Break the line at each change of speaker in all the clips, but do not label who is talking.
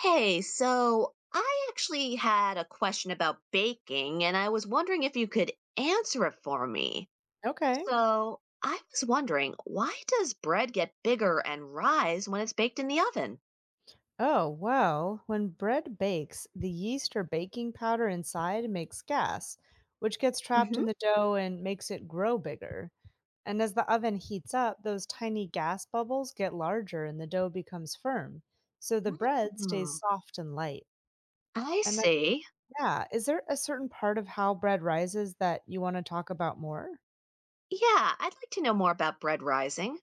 Hey, so I actually had a question about baking, and I was wondering if you could answer it for me.
Okay.
So I was wondering, why does bread get bigger and rise when it's baked in the oven?
Oh, well, when bread bakes, the yeast or baking powder inside makes gas, which gets trapped
Hmm.
in the dough and makes it grow bigger. And as the oven heats up, those tiny gas bubbles get larger and the dough becomes firm. So the bread stays
Oh,
soft and light.
I
And
see.
yeah, is there a certain part of how bread rises that you want to talk about more?
Yeah, I'd like to know more about bread rising.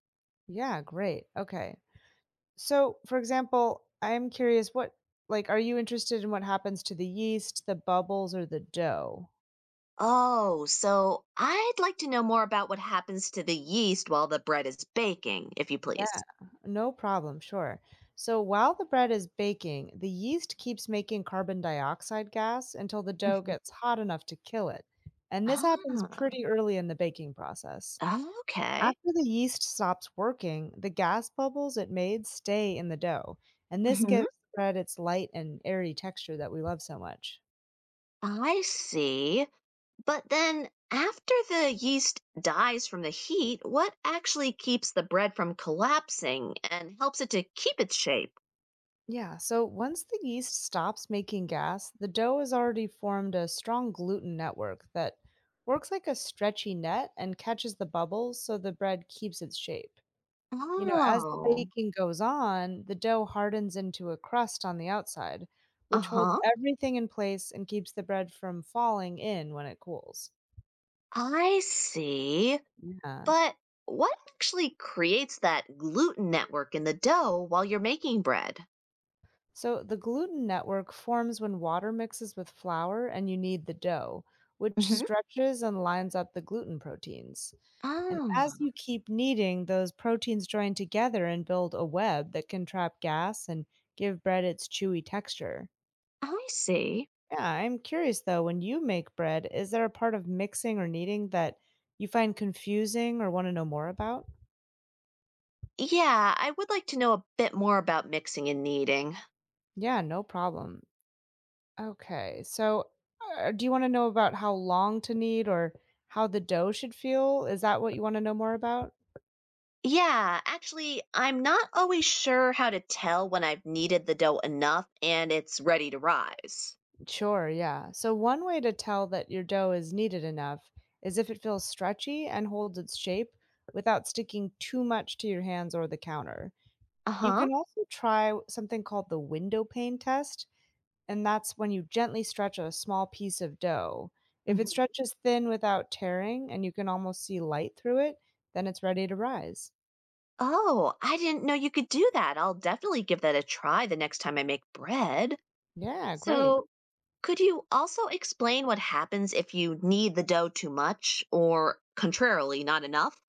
Yeah, great. Okay. So, for example, I'm curious what, like, are you interested in what happens to the yeast, the bubbles or the dough?
Oh, so I'd like to know more about what happens to the yeast while the bread is baking, if you
Yeah,
please.
no problem, sure. So, while the bread is baking, the yeast keeps making carbon dioxide gas until the dough
Mhm.
gets hot enough to kill it. And this happens pretty early in the baking process.
Ah, okay.
After the yeast stops working, the gas bubbles it made stay in the dough, and this
Hmm.
gives the bread its light and airy texture that we love so much.
I see. But then, after the yeast dies from the heat, what actually keeps the bread from collapsing and helps it to keep its shape?
Yeah, so once the yeast stops making gas, the dough has already formed a strong gluten network that works like a stretchy net and catches the bubbles so the bread keeps its shape. You know, as the
Oh,
baking goes on, the dough hardens into a crust on the outside,
uh
which holds
huh.
everything in place and keeps the bread from falling in when it cools.
I see.
Yeah.
But what actually creates that gluten network in the dough while you're making bread?
So the gluten network forms when water mixes with flour and you knead the dough, which
Hmm.
stretches and lines up the gluten proteins. And as
Ah,
you keep kneading, those proteins join together and build a web that can trap gas and give bread its chewy texture.
I see.
Yeah, I'm curious though, when you make bread, is there a part of mixing or kneading that you find confusing or want to know more about?
Yeah, I would like to know a bit more about mixing and kneading.
Yeah, no problem. Okay, so do you want to know about how long to knead or how the dough should feel? Is that what you want to know more about?
Yeah, actually, I'm not always sure how to tell when I've kneaded the dough enough and it's ready to rise.
Sure, yeah. So, one way to tell that your dough is kneaded enough is if it feels stretchy and holds its shape without sticking too much to your hands or the counter.
Uh
You
huh.
can also try something called the window pane test, and that's when you gently stretch a small piece of dough. If it
Hmm.
stretches thin without tearing and you can almost see light through it, then it's ready to rise.
Oh, I didn't know you could do that. I'll definitely give that a try the next time I make bread.
Yeah, great.
So, could you also explain what happens if you knead the dough too much or, contrarily, not enough?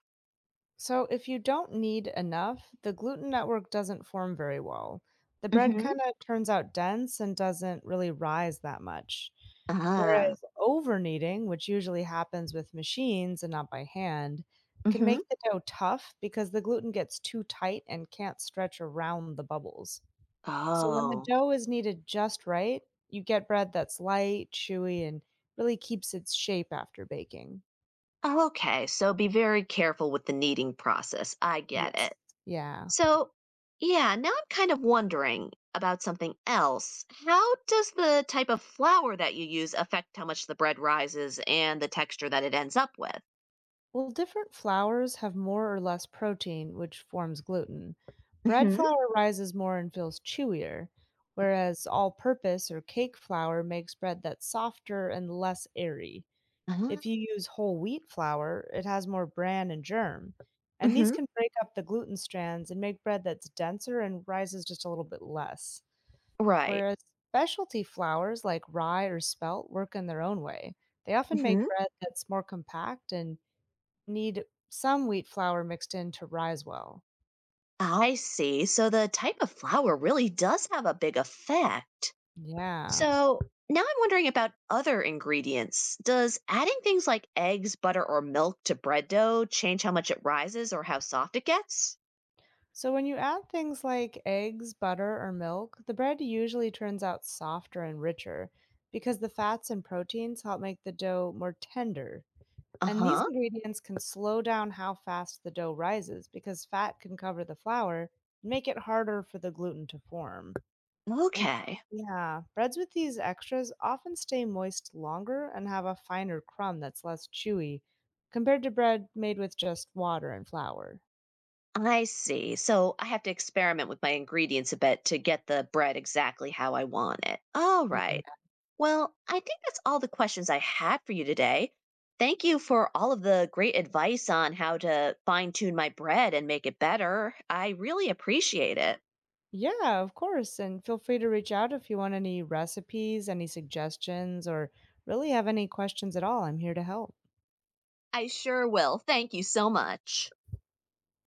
So, if you don't need enough, the gluten network doesn't form very well. The bread
Hmm.
kind of turns out dense and doesn't really rise that much.
Ah,
Whereas over kneading, which usually happens with machines and not by hand, can
hmm,
make the dough tough because the gluten gets too tight and can't stretch around the bubbles. So, when the
oh.
dough is kneaded just right, you get bread that's light, chewy, and really keeps its shape after baking.
Oh, okay. So be very careful with the kneading process. I get
Yes.
it.
Yeah.
So, yeah, now I'm kind of wondering about something else. How does the type of flour that you use affect how much the bread rises and the texture that it ends up with?
Well, different flours have more or less protein, which forms gluten. Bread
Mhm.
flour rises more and feels chewier, whereas all purpose or cake flour makes bread that's softer and less airy.
Uh,
If you use whole wheat flour, it has more bran and germ, and these
mhm.
can break up the gluten strands and make bread that's denser and rises just a little bit less.
Right.
Whereas specialty flours like rye or spelt work in their own way. They often make
Mhm.
bread that's more compact and need some wheat flour mixed in to rise well.
I see. So the type of flour really does have a big effect.
Yeah.
So, now I'm wondering about other ingredients. Does adding things like eggs, butter, or milk to bread dough change how much it rises or how soft it gets?
So when you add things like eggs, butter, or milk, the bread usually turns out softer and richer because the fats and proteins help make the dough more tender.
Uh
And these
huh.
ingredients can slow down how fast the dough rises because fat can cover the flour and make it harder for the gluten to form. And
Okay.
yeah, breads with these extras often stay moist longer and have a finer crumb that's less chewy compared to bread made with just water and flour.
I see. So I have to experiment with my ingredients a bit to get the bread exactly how I want it. All
Yeah.
right. Well, I think that's all the questions I had for you today. Thank you for all of the great advice on how to fine tune my bread and make it better. I really appreciate it.
Yeah, of course. And feel free to reach out if you want any recipes, any suggestions, or really have any questions at all. I'm here to help.
I sure will. Thank you so much.